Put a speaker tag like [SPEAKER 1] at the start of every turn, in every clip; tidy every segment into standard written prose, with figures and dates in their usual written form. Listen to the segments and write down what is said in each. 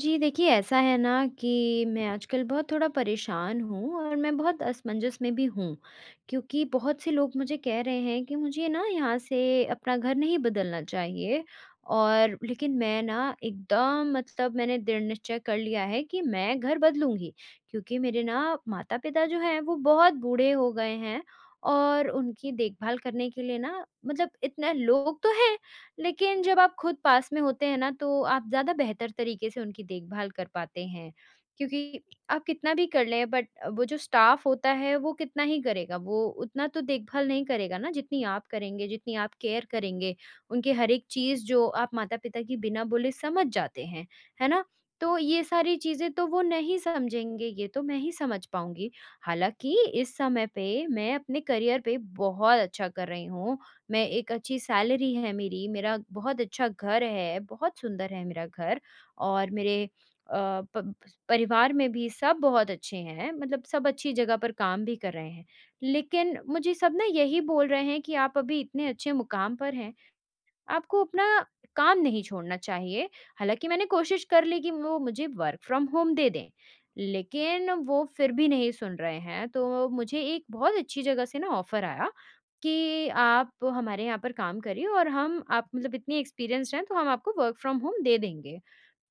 [SPEAKER 1] जी देखिए, ऐसा है ना कि मैं आजकल बहुत थोड़ा परेशान हूँ और मैं बहुत असमंजस में भी हूँ। क्योंकि बहुत से लोग मुझे कह रहे हैं कि मुझे ना यहाँ से अपना घर नहीं बदलना चाहिए और लेकिन मैं ना एकदम मतलब मैंने दृढ़ निश्चय कर लिया है कि मैं घर बदलूँगी। क्योंकि मेरे ना माता-पिता जो हैं वो बहुत बूढ़े हो गए हैं और उनकी देखभाल करने के लिए ना मतलब इतना लोग तो हैं, लेकिन जब आप खुद पास में होते हैं ना, तो आप ज़्यादा बेहतर तरीके से उनकी देखभाल कर पाते हैं, क्योंकि आप कितना भी कर लें बट वो जो स्टाफ होता है वो कितना ही करेगा, वो उतना तो देखभाल नहीं करेगा ना जितनी आप करेंगे, जितनी आप केयर करेंगे। उनकी हर एक चीज़ जो आप माता-पिता की बिना बोले समझ जाते हैं, है ना? तो ये सारी चीज़ें तो वो नहीं समझेंगे, ये तो मैं ही समझ पाऊँगी। हालाँकि इस समय पे मैं अपने करियर पे बहुत अच्छा कर रही हूँ, मैं एक अच्छी सैलरी है मेरी, मेरा बहुत अच्छा घर है, बहुत सुंदर है मेरा घर और मेरे अ, प परिवार में भी सब बहुत अच्छे हैं, मतलब सब अच्छी जगह पर काम भी कर रहे हैं। लेकिन मुझे सब ना यही बोल रहे हैं कि आप अभी इतने अच्छे मुकाम पर हैं, आपको अपना काम नहीं छोड़ना चाहिए। हालाँकि मैंने कोशिश कर ली कि वो मुझे वर्क फ्रॉम होम दे दें, लेकिन वो फिर भी नहीं सुन रहे हैं। तो मुझे एक बहुत अच्छी जगह से ना ऑफ़र आया कि आप हमारे यहाँ पर काम करिए और हम आप मतलब इतने एक्सपीरियंस्ड हैं, तो हम आपको वर्क फ्रॉम होम दे देंगे।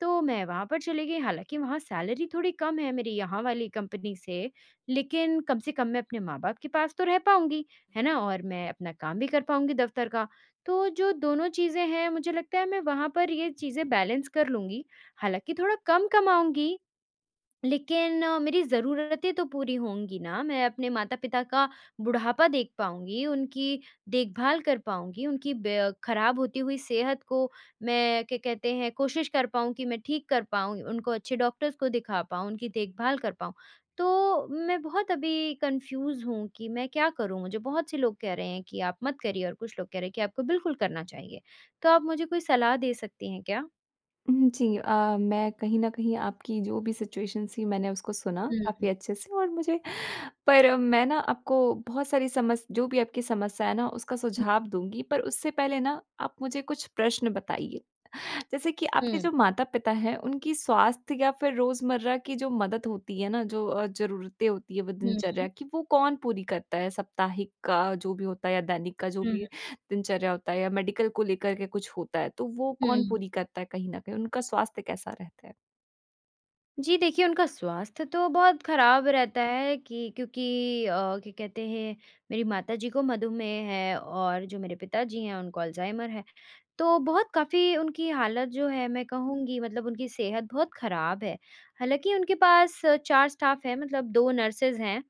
[SPEAKER 1] तो मैं वहाँ पर चली गई, हालाँकि वहाँ सैलरी थोड़ी कम है मेरी यहाँ वाली कंपनी से, लेकिन कम से कम मैं अपने माँ-बाप के पास तो रह पाऊँगी, है ना? और मैं अपना काम भी कर पाऊँगी दफ़्तर का। तो जो दोनों चीज़ें हैं मुझे लगता है मैं वहाँ पर ये चीज़ें बैलेंस कर लूँगी। हालाँकि थोड़ा कम कमाऊँगी लेकिन मेरी ज़रूरतें तो पूरी होंगी ना, मैं अपने माता-पिता का बुढ़ापा देख पाऊँगी, उनकी देखभाल कर पाऊँगी, उनकी ब खराब होती हुई सेहत को मैं क्या कहते हैं कोशिश कर पाऊँ कि मैं ठीक कर पाऊँ, उनको अच्छे डॉक्टर्स को दिखा पाऊँ, उनकी देखभाल कर पाऊँ। तो मैं बहुत अभी कन्फ्यूज़ हूँ कि मैं क्या करूँ? मुझे बहुत से लोग कह रहे हैं कि आप मत करिए और कुछ लोग कह रहे हैं कि आपको बिल्कुल करना चाहिए। तो आप मुझे कोई सलाह दे सकती हैं क्या?
[SPEAKER 2] हुँ, जी। मैं कहीं न कहीं आपकी जो भी सिचुएशन थी मैंने उसको सुना
[SPEAKER 1] हुँ,
[SPEAKER 2] काफ़ी अच्छे से और मुझे पर मैं ना आपको बहुत सारी समस जो भी आपकी समस्या है ना उसका
[SPEAKER 1] हुँ,
[SPEAKER 2] सुझाव दूँगी, पर उससे पहले ना आप मुझे कुछ प्रश्न बताइए। जैसे कि
[SPEAKER 1] हुँ।
[SPEAKER 2] आपके जो माता-पिता हैं, उनकी स्वास्थ्य या फिर रोज़मर्रा की जो मदद होती है ना, जो ज़रूरतें होती है वो
[SPEAKER 1] हुँ,
[SPEAKER 2] दिनचर्या की, वो कौन पूरी करता है? साप्ताहिक का जो भी होता है या दैनिक का जो
[SPEAKER 1] हुँ,
[SPEAKER 2] भी दिनचर्या होता है या मेडिकल को लेकर के कुछ होता है, तो वो कौन
[SPEAKER 1] हुँ।
[SPEAKER 2] पूरी करता है कहीं न कहीं? उनका स्वास्थ्य कैसा रहता है?
[SPEAKER 1] जी देखिए, उनका स्वास्थ्य तो बहुत ख़राब रहता है कि क्योंकि अ, क्या कहते हैं मेरी माताजी को मधुमेह है और जो मेरे पिताजी हैं उनको अल्ज़ाइमर है। तो बहुत काफ़ी उनकी हालत जो है मैं कहूँगी मतलब उनकी सेहत बहुत ख़राब है। हालाँकि उनके पास 4 स्टाफ़ हैं मतलब 2 नर्सेज़ हैं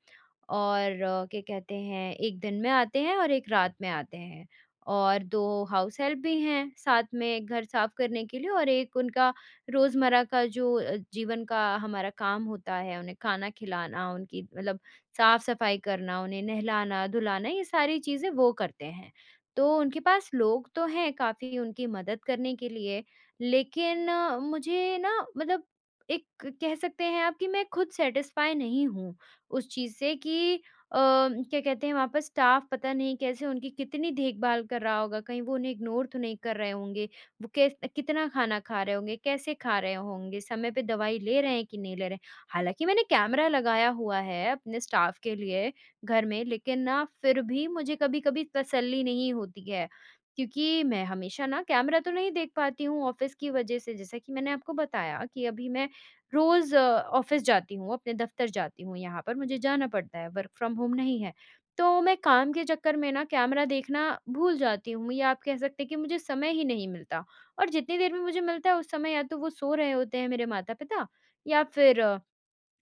[SPEAKER 1] और क्या कहते हैं, 1 दिन में आते हैं और 1 रात में आते हैं और 2 हाउस हेल्प भी हैं साथ में घर साफ करने के लिए और 1 उनका रोज़मर्रा का जो जीवन का हमारा काम होता है, उन्हें खाना खिलाना, उनकी मतलब साफ-सफाई करना, उन्हें नहलाना-धुलाना ये सारी चीज़ें वो करते हैं। तो उनके पास लोग तो हैं काफ़ी उनकी मदद करने के लिए, लेकिन मुझे ना मतलब एक कह सकते हैं आप कि मैं खुद सैटिस्फाई नहीं हूँ। उस चीज़ से कि क्या कहते हैं वहाँ पर स्टाफ पता नहीं कैसे उनकी कितनी देखभाल कर रहा होगा, कहीं वो उन्हें इग्नोर तो नहीं कर रहे होंगे, वो कैस कितना खाना खा रहे होंगे, कैसे खा रहे होंगे, समय पे दवाई ले रहे हैं कि नहीं ले रहे हैं। हालाँकि मैंने कैमरा लगाया हुआ है अपने स्टाफ के लिए घर में, लेकिन ना फिर भी मुझे कभी-कभी तसल्ली नहीं होती है, क्योंकि मैं हमेशा ना कैमरा तो नहीं देख पाती हूँ ऑफ़िस की वज़ह से, जैसा कि मैंने आपको बताया कि अभी मैं रोज़ ऑफ़िस जाती हूँ, अपने दफ़्तर जाती हूँ यहाँ पर, मुझे जाना पड़ता है, वर्क फ्रॉम होम नहीं है। तो मैं काम के चक्कर में ना कैमरा देखना भूल जाती हूँ या आप कह सकते हैं कि मुझे समय ही नहीं मिलता और जितनी देर में मुझे मिलता है उस समय या तो वो सो रहे होते हैं मेरे माता-पिता या फिर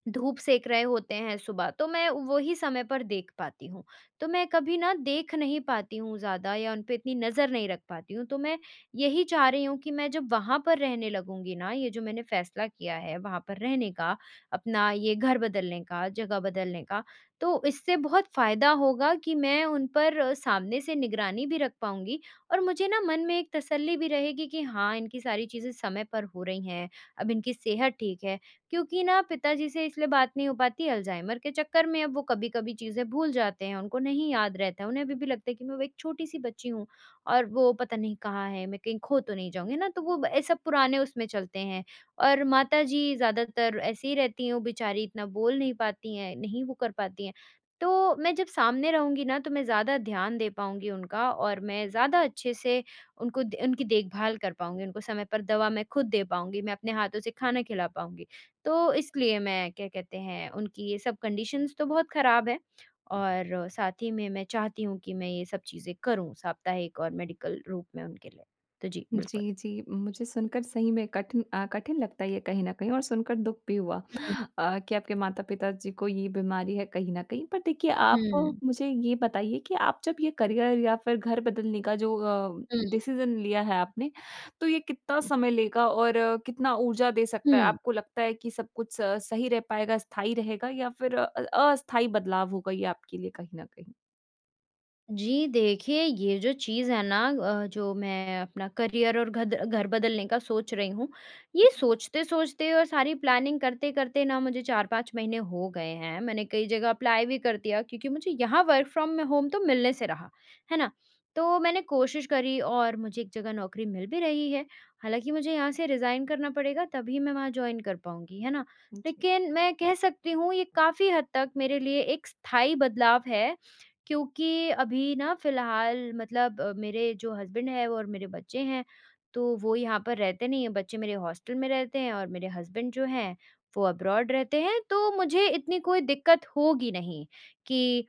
[SPEAKER 1] धूप सेक रहे होते हैं सुबह, तो मैं वही समय पर देख पाती हूँ। तो मैं कभी ना देख नहीं पाती हूँ ज़्यादा या उन पे इतनी नज़र नहीं रख पाती हूँ। तो मैं यही चाह रही हूँ कि मैं जब वहाँ पर रहने लगूँगी ना ये जो मैंने फ़ैसला किया है वहाँ पर रहने का, अपना ये घर बदलने का, जगह बदलने का, तो इससे बहुत फ़ायदा होगा कि मैं उन पर सामने से निगरानी भी रख पाऊँगी और मुझे ना मन में एक तसल्ली भी रहेगी कि हाँ, इनकी सारी चीज़ें समय पर हो रही हैं, अब इनकी सेहत ठीक है। क्योंकि ना पिताजी से इसलिए बात नहीं हो पाती अल्जाइमर के चक्कर में, अब वो कभी-कभी चीज़ें भूल जाते हैं, उनको नहीं याद रहता है। उन्हें अभी भी लगता है कि मैं वो एक छोटी-सी बच्ची हूँ और वो पता नहीं कहाँ है, मैं कहीं खो तो नहीं जाऊँगी, है ना? तो वो ये सब पुराने उसमें चलते हैं और माताजी ज़्यादातर ऐसी ही रहती हैं, वो बेचारी इतना बोल नहीं पाती हैं, नहीं वो कर पाती हैं। तो मैं जब सामने रहूँगी ना, तो मैं ज़्यादा ध्यान दे पाऊँगी उनका और मैं ज़्यादा अच्छे से उनको द उनकी देखभाल कर पाऊँगी, उनको समय पर दवा मैं खुद दे पाऊँगी, मैं अपने हाथों से खाना खिला पाऊँगी। तो इसलिए मैं क्या कहते हैं उनकी ये सब कंडीशंस तो बहुत ख़राब है और साथ ही में मैं चाहती हूँ कि मैं ये सब चीज़ें करूँ साप्ताहिक और मेडिकल रूप में उनके लिए। तो जी, बिल्कुल।
[SPEAKER 2] जी, जी। मुझे सुनकर सही में कठिन लगता है ये कहीं न कहीं और सुनकर दुःख भी हुआ
[SPEAKER 1] हुँ,
[SPEAKER 2] कि आपके माता-पिता जी को ये बीमारी है कहीं न कहीं। पर देखिए आप
[SPEAKER 1] हुँ,
[SPEAKER 2] मुझे ये बताइए कि आप जब ये करियर या फिर घर बदलने का जो
[SPEAKER 1] हुँ,
[SPEAKER 2] डिसीज़न लिया है आपने, तो ये कितना समय लेगा और कितना ऊर्जा दे सकता है?
[SPEAKER 1] हुँ।
[SPEAKER 2] आपको लगता है कि सब कुछ स सही रह पाएगा, स्थायी रहेगा या फिर अस्थायी बदलाव होगा ये आपके लिए कहीं न कहीं?
[SPEAKER 1] जी, देखिए ये जो चीज़ है ना जो मैं अपना करियर और घद घर बदलने का सोच रही हूँ, ये सोचते-सोचते और सारी प्लानिंग करते-करते ना मुझे 4-5 महीने हो गए हैं। मैंने कई जगह अप्लाई भी कर दिया क्योंकि मुझे यहाँ वर्क फ्रॉम होम तो मिलने से रहा, है ना? तो मैंने कोशिश करी और मुझे एक जगह नौकरी मिल भी रही है। हालाँकि मुझे यहाँ से रिज़ाइन करना पड़ेगा तभी मैं वहाँ जॉइन कर पाऊँगी, है ना?
[SPEAKER 2] जी।
[SPEAKER 1] लेकिन मैं कह सकती हूँ ये काफ़ी हद तक मेरे लिए एक स्थायी बदलाव है क्योंकि अभी ना फ़िलहाल मतलब मेरे जो हस्बैंड है और मेरे बच्चे हैं, तो वो यहाँ पर रहते नहीं हैं, बच्चे मेरे हॉस्टल में रहते हैं और मेरे हस्बैंड जो हैं, वो अब्रॉड रहते हैं, तो मुझे इतनी कोई दिक्कत होगी नहीं कि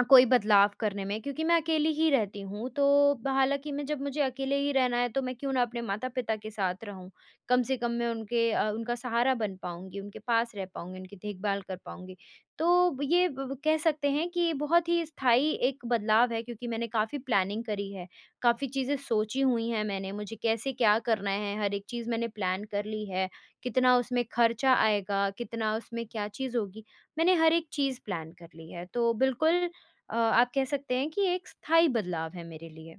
[SPEAKER 1] कोई बदलाव करने में क्योंकि मैं अकेली ही रहती हूँ, तो हालाँकि मैं जब मुझे अकेले ही रहना है, तो मैं क्यों ना अपने माता-पिता के साथ रहूँ। कम से कम मैं उनका सहारा बन पाऊँगी, उनके पास रह पाऊँगी, उनकी देखभाल कर पाऊँगी। तो ये ब कह सकते हैं कि ये बहुत ही स्थायी एक बदलाव है क्योंकि मैंने काफ़ी प्लानिंग करी है, काफ़ी चीज़ें सोची हुई हैं मैंने, मुझे कैसे क्या करना है, हर एक चीज़ मैंने प्लान कर ली है, कितना उसमें खर्चा आएगा, कितना उसमें क्या चीज़ होगी, मैंने हर एक चीज़ प्लान कर ली है। तो बिल्कुल आप कह सकते हैं कि एक स्थायी बदलाव है मेरे लिए।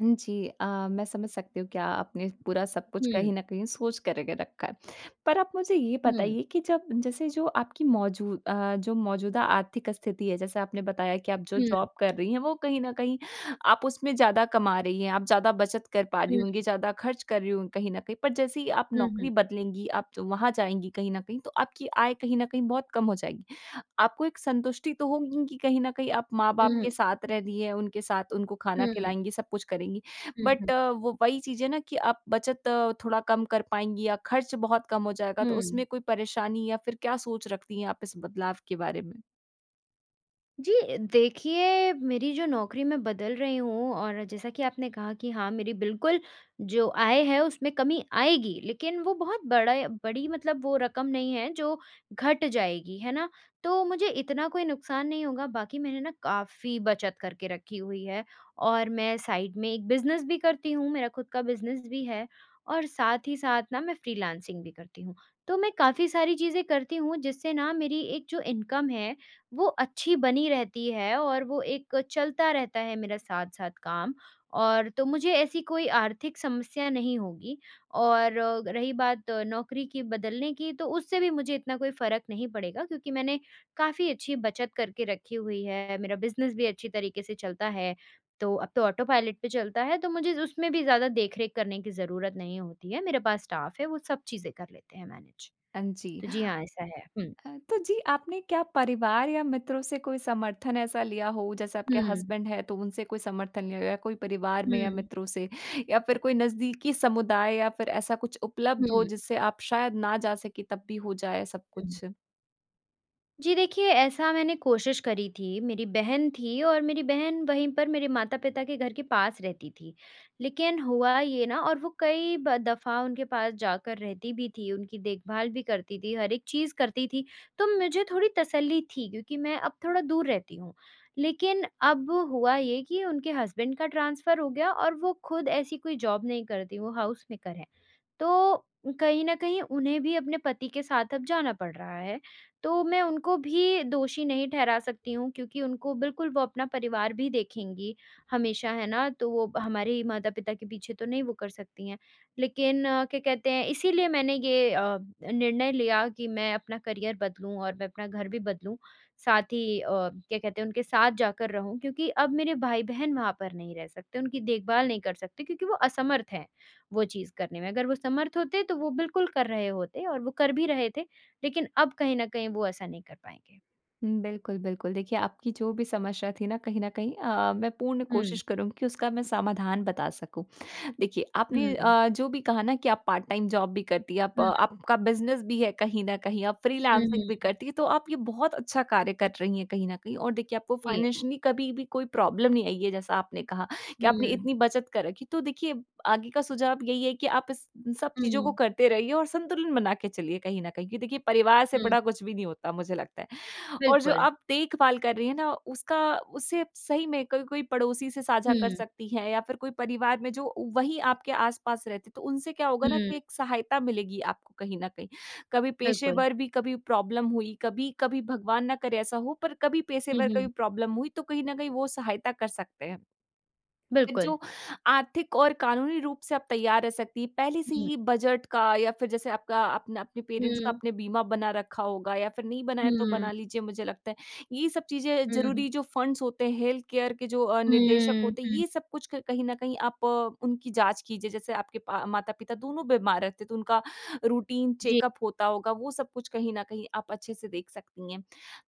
[SPEAKER 2] जी मैं समझ सकती हूँ कि आपने पूरा सब कुछ
[SPEAKER 1] हुँ,
[SPEAKER 2] कहीं न कहीं सोच करके रखा है। पर आप मुझे ये
[SPEAKER 1] हुँ,
[SPEAKER 2] बताइए कि जब जैसे जो आपकी जो मौजूदा आर्थिक स्थिति है, जैसे आपने बताया कि आप जो
[SPEAKER 1] हुँ, हुँ,
[SPEAKER 2] जॉब कर रही हैं, वो कहीं न कहीं आप उसमें ज़्यादा कमा रही हैं, आप ज़्यादा बचत कर पा रही होंगी,
[SPEAKER 1] हुँ,
[SPEAKER 2] ज़्यादा खर्च कर रही होंगी कहीं न कहीं। पर जैसे ही आप
[SPEAKER 1] हुँ, हुँ,
[SPEAKER 2] नौकरी बदलेंगी, आप वहाँ जाएँगी कहीं न कहीं, तो आपकी आय कहीं न कहीं बहुत कम हो जाएगी। आपको एक संतुष्टि तो होगी कि कहीं न कहीं आप माँ-बाप
[SPEAKER 1] हुँ,
[SPEAKER 2] के साथ रह रही हैं, उनके साथ उनको खाना
[SPEAKER 1] हुँ,
[SPEAKER 2] खिलाएँगी, सब कुछ करेंगी। बट
[SPEAKER 1] हुँ,
[SPEAKER 2] वो वही चीज़ है ना कि आप थोड़ा कम कर पाएँगी या खर्च बहुत कम हो जाएगा, तो उसमें
[SPEAKER 1] हुँ।
[SPEAKER 2] कोई परेशानी या फिर क्या सोच रखती हैं आप इस बदलाव के बारे में?
[SPEAKER 1] जी, देखिए मेरी जो नौकरी मैं बदल रही हूँ और जैसा कि आपने कहा कि हाँ, मेरी बिल्कुल जो आय है उसमें कमी आएगी, लेकिन वो बहुत बड़ा बड़ी मतलब वो रकम नहीं है जो घट जाएगी, है ना? तो मुझे इतना कोई नुकसान नहीं होगा, बाकी मैंने ना काफ़ी बचत करके रखी हुई है और मैं साइड में एक बिज़नेस भी करती हूँ, मेरा खुद का बिज़नेस भी है और साथ ही साथ ना मैं फ्रीलांसिंग भी करती हूँ। तो मैं काफ़ी सारी चीज़ें करती हूँ जिससे ना मेरी एक जो इनकम है वो अच्छी बनी रहती है और वो एक चलता रहता है मेरा साथ-साथ काम और तो मुझे ऐसी कोई आर्थिक समस्या नहीं होगी और रही बात नौकरी की बदलने की तो उससे भी मुझे इतना कोई फ़र्क नहीं पड़ेगा क्योंकि मैंने काफ़ी अच्छी बचत करके रखी हुई है, मेरा बिज़नेस भी अच्छी तरीके से चलता है। तो अब तो ऑटो पायलट पे चलता है तो मुझे उसमें भी ज़्यादा देख-रेख करने की ज़रूरत नहीं होती है, मेरे पास स्टाफ़ है वो सब चीज़ें कर लेते हैं मैनेज।
[SPEAKER 2] हाँ जी।
[SPEAKER 1] तो जी हाँ, ऐसा है। हुँ।
[SPEAKER 2] हाँ, तो जी आपने क्या परिवार या मित्रों से कोई समर्थन ऐसा लिया हो जैसे आपके
[SPEAKER 1] हुँ।
[SPEAKER 2] हस्बैंड है तो उनसे कोई समर्थन लिया हो या कोई परिवार में या
[SPEAKER 1] हुँ।
[SPEAKER 2] मित्रों से या फिर कोई नजदीकी समुदाय या फिर ऐसा कुछ उपलब्ध हो
[SPEAKER 1] हुँ।
[SPEAKER 2] जिससे आप शायद ना जा सके तब भी हो जाए सब
[SPEAKER 1] हुँ।
[SPEAKER 2] कुछ।
[SPEAKER 1] जी देखिए, ऐसा मैंने कोशिश करी थी, मेरी बहन थी और मेरी बहन वहीं पर मेरे माता-पिता के घर के पास रहती थी। लेकिन हुआ ये ना और वो कई ब दफ़ा उनके पास जाकर रहती भी थी, उनकी देखभाल भी करती थी, हर एक चीज़ करती थी, तो मुझे थोड़ी तसल्ली थी क्योंकि मैं अब थोड़ा दूर रहती हूँ। लेकिन अब हुआ ये कि उनके हस्बैंड का ट्रांसफ़र हो गया और वो खुद ऐसी कोई जॉब नहीं करती, वो हाउस मेकर हैं। तो कहीं न कहीं उन्हें भी अपने पति के साथ अब जाना पड़ रहा है, तो मैं उनको भी दोषी नहीं ठहरा सकती हूँ क्योंकि उनको बिल्कुल वो अपना परिवार भी देखेंगी हमेशा, है ना? तो वो हमारे ही माता-पिता के पीछे तो नहीं वो कर सकती हैं। लेकिन क्या कहते हैं इसीलिए मैंने ये निर्णय लिया कि मैं अपना करियर बदलूँ और मैं अपना घर भी बदलूँ। साथ ही क्या कहते हैं उनके साथ जाकर रहूँ क्योंकि अब मेरे भाई-बहन वहाँ पर नहीं रह सकते, उनकी देखभाल नहीं कर सकते क्योंकि वो असमर्थ हैं, वो चीज़ करने में। अगर वो समर्थ होते तो वो बिल्कुल कर रहे होते और वो कर भी रहे थे। लेकिन अब कहीं न कहीं वो ऐसा नहीं कर पाएँगे।
[SPEAKER 2] बिल्कुल बिल्कुल देखिए आपकी जो भी समस्या थी ना कहीं मैं पूर्ण
[SPEAKER 1] हुँ,
[SPEAKER 2] कोशिश करूंगी कि उसका मैं समाधान बता सकूं। देखिए, आपने
[SPEAKER 1] हुँ, हुँ,
[SPEAKER 2] जो भी कहा ना कि आप पार्ट टाइम जॉब भी करती हैं, आपका बिज़नेस भी है कहीं न कहीं, आप
[SPEAKER 1] हुँ,
[SPEAKER 2] फ्रीलांसिंग भी
[SPEAKER 1] हुँ,
[SPEAKER 2] करती हैं, तो आप ये बहुत अच्छा कार्य कर रही हैं कहीं न कहीं और देखिए आपको
[SPEAKER 1] जी।
[SPEAKER 2] फाइनेंशियली कभी भी कोई प्रॉब्लम नहीं आई है, जैसा आपने कहा कि आपने
[SPEAKER 1] हुँ,
[SPEAKER 2] इतनी बचत कर रखी। तो देखिए, आगे का सुझाव यही है कि आप इस इन सब चीज़ों को
[SPEAKER 1] हुँ,
[SPEAKER 2] करते रहिए और संतुलन बना के चलिए कहीं न कहीं, कि देखिए परिवार से
[SPEAKER 1] हुँ,
[SPEAKER 2] बड़ा कुछ भी नहीं होता, मुझे लगता है। और जो
[SPEAKER 1] बिल्कुल।
[SPEAKER 2] आप देखभाल कर रही हैं ना उसका उससे आप सही में कोई कोई पड़ोसी से साझा कर
[SPEAKER 1] हुँ,
[SPEAKER 2] सकती हैं या फिर कोई परिवार में जो वही आपके आसपास रहते तो उनसे क्या होगा ना
[SPEAKER 1] हुँ,
[SPEAKER 2] कि एक सहायता मिलेगी आपको कहीं न कहीं। कभी
[SPEAKER 1] बिल्कुल।
[SPEAKER 2] पेशेवर भी कभी प्रॉब्लम हुई, कभी कभी भगवान ना करे ऐसा हो पर कभी
[SPEAKER 1] हुँ,
[SPEAKER 2] पेशेवर का भी
[SPEAKER 1] हुँ,
[SPEAKER 2] प्रॉब्लम हुई तो कहीं न कहीं वो सहायता कर सकते हैं। फिर
[SPEAKER 1] बिल्कुल।
[SPEAKER 2] जो आर्थिक और कानूनी रूप से आप तैयार रह सकती हैं, पहले से
[SPEAKER 1] हुँ,
[SPEAKER 2] ही बजट का या फिर जैसे आपका अपना अपने पेरेंट्स का
[SPEAKER 1] हुँ,
[SPEAKER 2] आपने बीमा बना रखा होगा या फिर नहीं बनाया तो बना
[SPEAKER 1] हुँ,
[SPEAKER 2] लीजिए मुझे लगता है। ये सब चीज़ें
[SPEAKER 1] हुँ,
[SPEAKER 2] ज़रूरी जो फंड्स होते हैं, हेल्थ केयर के जो निर्देशक
[SPEAKER 1] हुँ,
[SPEAKER 2] होते हैं,
[SPEAKER 1] हुँ,
[SPEAKER 2] ये सब कुछ क कहीं न कहीं आप उनकी जाँच कीजिए। जैसे आपके पा माता-पिता दोनों बीमार रहते, तो उनका रूटीन
[SPEAKER 1] जी,
[SPEAKER 2] चेकअप होता होगा, वो सब कुछ कहीं न कहीं आप अच्छे से देख सकती हैं।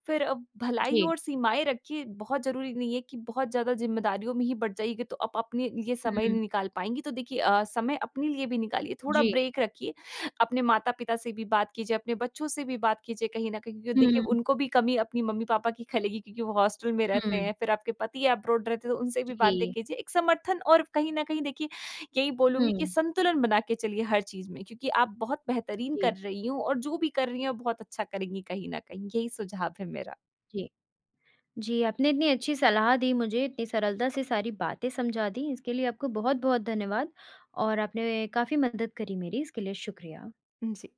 [SPEAKER 2] फिर अब भलाई
[SPEAKER 1] जी,
[SPEAKER 2] और सीमाएँ रखिए, बहुत ज़रूरी नहीं है कि बहुत ज़्यादा ज़िम्मेदारियों में ही बँट जाइएगा तो आप अपने लिए समय
[SPEAKER 1] हुँ,
[SPEAKER 2] नहीं निकाल पाएँगी। तो देखिए समय अपने लिए भी निकालिए, थोड़ा
[SPEAKER 1] जी,
[SPEAKER 2] ब्रेक रखिए, अपने माता-पिता से भी बात कीजिए, अपने बच्चों से भी बात कीजिए कहीं न कहीं क्योंकि देखिए
[SPEAKER 1] हुँ,
[SPEAKER 2] उनको भी कमी अपनी मम्मी-पापा की खलेगी क्योंकि वो हॉस्टल में रहते
[SPEAKER 1] हुँ,
[SPEAKER 2] हैं, फिर आपके पति अब्रॉड रहते हैं तो उनसे भी बातें
[SPEAKER 1] जी,
[SPEAKER 2] कीजिए। एक समर्थन और कहीं न कहीं देखिए यही बोलूँगी कि
[SPEAKER 1] हुँ,
[SPEAKER 2] संतुलन बना के चलिए हर चीज़ में क्योंकि आप बहुत बेहतरीन कर
[SPEAKER 1] जी,
[SPEAKER 2] रही हो और जो भी कर रही हैं बहुत अच्छा करेंगी कहीं न कहीं, यही सुझाव है मेरा।
[SPEAKER 1] जी। जी, आपने इतनी अच्छी सलाह दी मुझे, इतनी सरलता से सारी बातें समझा दी, इसके लिए आपको बहुत-बहुत धन्यवाद और आपने काफ़ी मदद करी मेरी, इसके लिए शुक्रिया।
[SPEAKER 2] जी